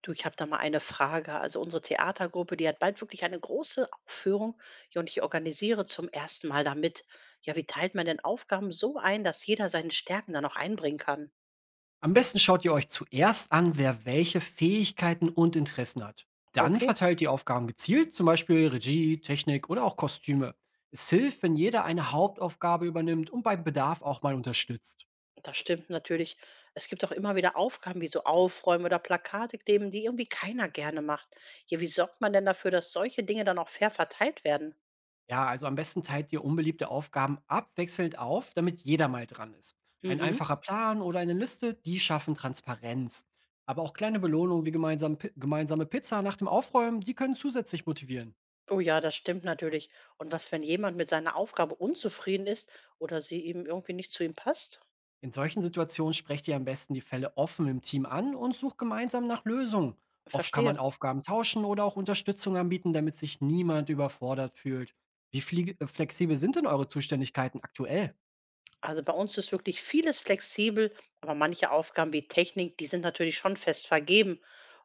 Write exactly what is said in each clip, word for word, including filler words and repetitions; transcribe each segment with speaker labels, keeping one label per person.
Speaker 1: Du, ich habe da mal eine Frage. Also unsere Theatergruppe, die hat bald wirklich eine große Aufführung ja, und ich organisiere zum ersten Mal damit. Ja, wie teilt man denn Aufgaben so ein, dass jeder seine Stärken dann auch einbringen kann?
Speaker 2: Am besten schaut ihr euch zuerst an, wer welche Fähigkeiten und Interessen hat. Dann
Speaker 1: Okay,
Speaker 2: verteilt ihr Aufgaben gezielt, zum Beispiel Regie, Technik oder auch Kostüme. Es hilft, wenn jeder eine Hauptaufgabe übernimmt und beim Bedarf auch mal unterstützt.
Speaker 1: das stimmt natürlich. Es gibt auch immer wieder Aufgaben wie so Aufräumen oder Plakate kleben, die irgendwie keiner gerne macht. Ja, wie sorgt man denn dafür, dass solche Dinge dann auch fair verteilt werden?
Speaker 2: Ja, also am besten teilt ihr unbeliebte Aufgaben abwechselnd auf, damit jeder mal dran ist. Ein
Speaker 1: Mhm.
Speaker 2: einfacher Plan oder eine Liste, die schaffen Transparenz. Aber auch kleine Belohnungen wie gemeinsam, gemeinsame Pizza nach dem Aufräumen, die können zusätzlich motivieren.
Speaker 1: Oh ja, das stimmt natürlich. Und was, wenn jemand mit seiner Aufgabe unzufrieden ist oder sie ihm irgendwie nicht zu ihm passt?
Speaker 2: In solchen Situationen sprecht ihr am besten die Fälle offen im Team an und sucht gemeinsam nach Lösungen. Oft kann
Speaker 1: Verstehe.
Speaker 2: man Aufgaben tauschen oder auch Unterstützung anbieten, damit sich niemand überfordert fühlt. Wie flie- äh, flexibel sind denn eure Zuständigkeiten aktuell?
Speaker 1: Also bei uns ist wirklich vieles flexibel, aber manche Aufgaben wie Technik, die sind natürlich schon fest vergeben.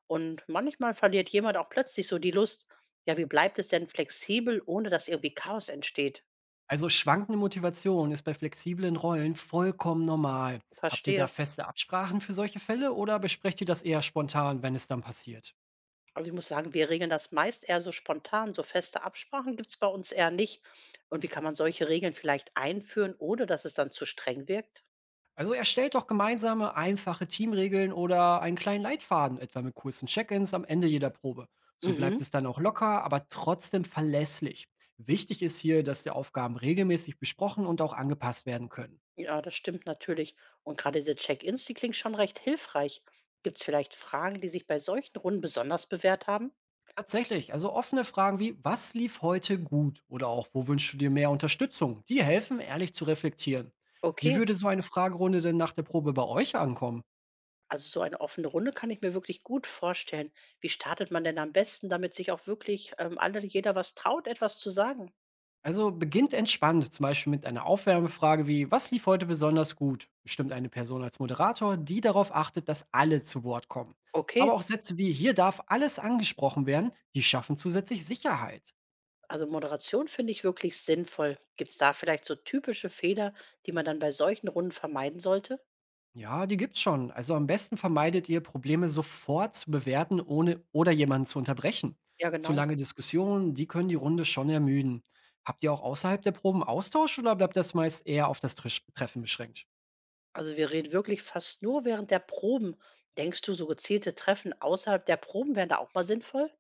Speaker 1: Und manchmal verliert jemand auch plötzlich so die Lust. Ja, wie bleibt es denn flexibel, ohne dass irgendwie Chaos entsteht?
Speaker 2: Also schwankende Motivation ist bei flexiblen Rollen vollkommen normal. Habt ihr da
Speaker 1: Verstehe.
Speaker 2: feste Absprachen für solche Fälle oder besprecht ihr das eher spontan, wenn es dann passiert?
Speaker 1: Also ich muss sagen, wir regeln das meist eher so spontan. So feste Absprachen gibt es bei uns eher nicht. Und wie kann man solche Regeln vielleicht einführen, ohne dass es dann zu streng wirkt?
Speaker 2: Also erstellt doch gemeinsame, einfache Teamregeln oder einen kleinen Leitfaden, etwa mit kurzen Check-ins am Ende jeder Probe. So
Speaker 1: Mhm.
Speaker 2: bleibt es dann auch locker, aber trotzdem verlässlich. Wichtig ist hier, dass die Aufgaben regelmäßig besprochen und auch angepasst werden können.
Speaker 1: Ja, das stimmt natürlich. Und gerade diese Check-ins, die klingen schon recht hilfreich. Gibt es vielleicht Fragen, die sich bei solchen Runden besonders bewährt haben?
Speaker 2: Tatsächlich, also offene Fragen wie, was lief heute gut oder auch, wo wünschst du dir mehr Unterstützung, die helfen, ehrlich zu reflektieren. Wie
Speaker 1: Okay,
Speaker 2: würde so eine Fragerunde denn nach der Probe bei euch ankommen?
Speaker 1: also so eine offene Runde kann ich mir wirklich gut vorstellen. Wie startet man denn am besten, damit sich auch wirklich ähm, alle, jeder was traut, etwas zu sagen?
Speaker 2: Also beginnt entspannt, zum Beispiel mit einer Aufwärmfrage wie, was lief heute besonders gut? Bestimmt eine Person als Moderator, die darauf achtet, dass alle zu Wort kommen.
Speaker 1: Okay,
Speaker 2: Aber auch Sätze wie, hier darf alles angesprochen werden, die schaffen zusätzlich Sicherheit.
Speaker 1: also Moderation finde ich wirklich sinnvoll. Gibt es da vielleicht so typische Fehler, die man dann bei solchen Runden vermeiden sollte?
Speaker 2: Ja, die gibt's schon. Also am besten vermeidet ihr, Probleme sofort zu bewerten, ohne oder jemanden zu unterbrechen.
Speaker 1: Ja,
Speaker 2: Zu
Speaker 1: genau.
Speaker 2: lange Diskussionen, die können die Runde schon ermüden. Habt ihr auch außerhalb der Proben Austausch oder bleibt das meist eher auf das Trisch- Treffen beschränkt?
Speaker 1: Also wir reden wirklich fast nur während der Proben. Denkst du, so gezielte Treffen außerhalb der Proben wären da auch mal sinnvoll?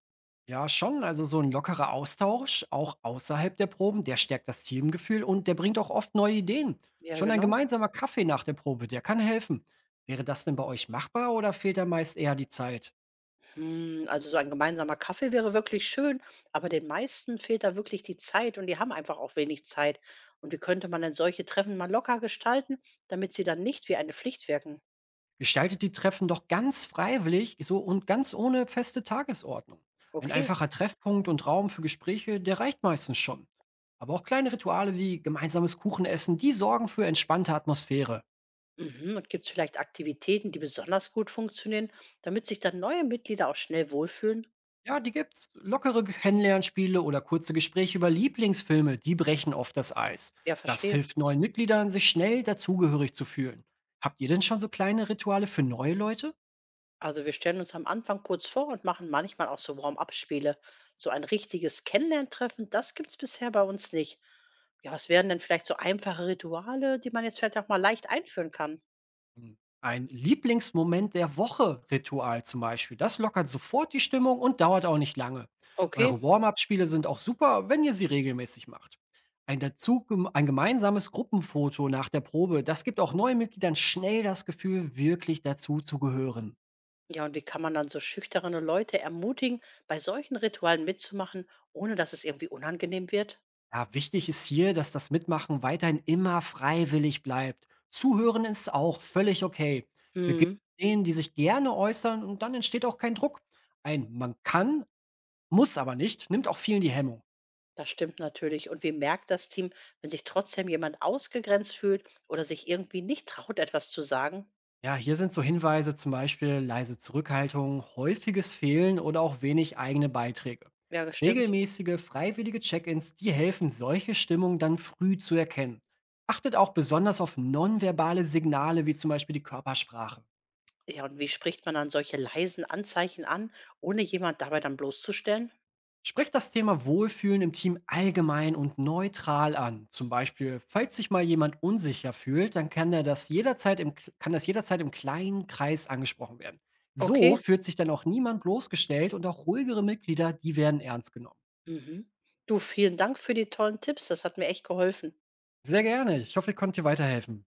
Speaker 2: Ja, schon. Also so ein lockerer Austausch, auch außerhalb der Proben, der stärkt das Teamgefühl und der bringt auch oft neue Ideen.
Speaker 1: Ja,
Speaker 2: Schon ein
Speaker 1: genau.
Speaker 2: gemeinsamer Kaffee nach der Probe, der kann helfen. Wäre das denn bei euch machbar oder fehlt da meist eher die Zeit?
Speaker 1: Hm, also so ein gemeinsamer Kaffee wäre wirklich schön, aber den meisten fehlt da wirklich die Zeit und die haben einfach auch wenig Zeit. Und wie könnte man denn solche Treffen mal locker gestalten, damit sie dann nicht wie eine Pflicht wirken?
Speaker 2: Gestaltet die Treffen doch ganz freiwillig so und ganz ohne feste Tagesordnung. Ein
Speaker 1: Okay.
Speaker 2: einfacher Treffpunkt und Raum für Gespräche, der reicht meistens schon. Aber auch kleine Rituale wie gemeinsames Kuchenessen, die sorgen für entspannte Atmosphäre.
Speaker 1: Mhm. Und gibt es vielleicht Aktivitäten, die besonders gut funktionieren, damit sich dann neue Mitglieder auch schnell wohlfühlen?
Speaker 2: Ja, die gibt's. Lockere Kennenlernspiele oder kurze Gespräche über Lieblingsfilme, die brechen oft das Eis.
Speaker 1: Ja,
Speaker 2: Das
Speaker 1: verstehe.
Speaker 2: hilft neuen Mitgliedern, sich schnell dazugehörig zu fühlen. Habt ihr denn schon so kleine Rituale für neue Leute?
Speaker 1: Also wir stellen uns am Anfang kurz vor und machen manchmal auch so Warm-up-Spiele. So ein richtiges Kennenlerntreffen, das gibt's bisher bei uns nicht. Ja, was wären denn vielleicht so einfache Rituale, die man jetzt vielleicht auch mal leicht einführen kann?
Speaker 2: Hm. Ein Lieblingsmoment der Woche-Ritual zum Beispiel. Das lockert sofort die Stimmung und dauert auch nicht lange.
Speaker 1: Okay.
Speaker 2: Eure Warm-up-Spiele sind auch super, wenn ihr sie regelmäßig macht. Ein, dazu, ein gemeinsames Gruppenfoto nach der Probe, das gibt auch neuen Mitgliedern schnell das Gefühl, wirklich dazu zu gehören.
Speaker 1: Ja, und wie kann man dann so schüchterne Leute ermutigen, bei solchen Ritualen mitzumachen, ohne dass es irgendwie unangenehm wird?
Speaker 2: Ja, wichtig ist hier, dass das Mitmachen weiterhin immer freiwillig bleibt. Zuhören ist auch völlig okay. Beginnt
Speaker 1: Hm,
Speaker 2: mit denen, die sich gerne äußern und dann entsteht auch kein Druck. Ein man kann, muss aber nicht, nimmt auch vielen die Hemmung.
Speaker 1: das stimmt natürlich. Und wie merkt das Team, wenn sich trotzdem jemand ausgegrenzt fühlt oder sich irgendwie nicht traut, etwas zu sagen?
Speaker 2: Ja, hier sind so Hinweise, zum Beispiel leise Zurückhaltung, häufiges Fehlen oder auch wenig eigene Beiträge.
Speaker 1: Ja, gestimmt.
Speaker 2: Regelmäßige, freiwillige Check-ins, die helfen, solche Stimmungen dann früh zu erkennen. Achtet auch besonders auf nonverbale Signale, wie zum Beispiel die Körpersprache.
Speaker 1: Ja, und wie spricht man dann solche leisen Anzeichen an, ohne jemand dabei dann bloßzustellen?
Speaker 2: Sprecht das Thema Wohlfühlen im Team allgemein und neutral an. Zum Beispiel, falls sich mal jemand unsicher fühlt, dann kann er das jederzeit im, kann das jederzeit im kleinen Kreis angesprochen werden. So
Speaker 1: Okay.
Speaker 2: fühlt sich dann auch niemand bloßgestellt und auch ruhigere Mitglieder, die werden ernst genommen.
Speaker 1: Mhm. Du, vielen Dank für die tollen Tipps. Das hat mir echt geholfen.
Speaker 2: Sehr gerne. Ich hoffe, ich konnte dir weiterhelfen.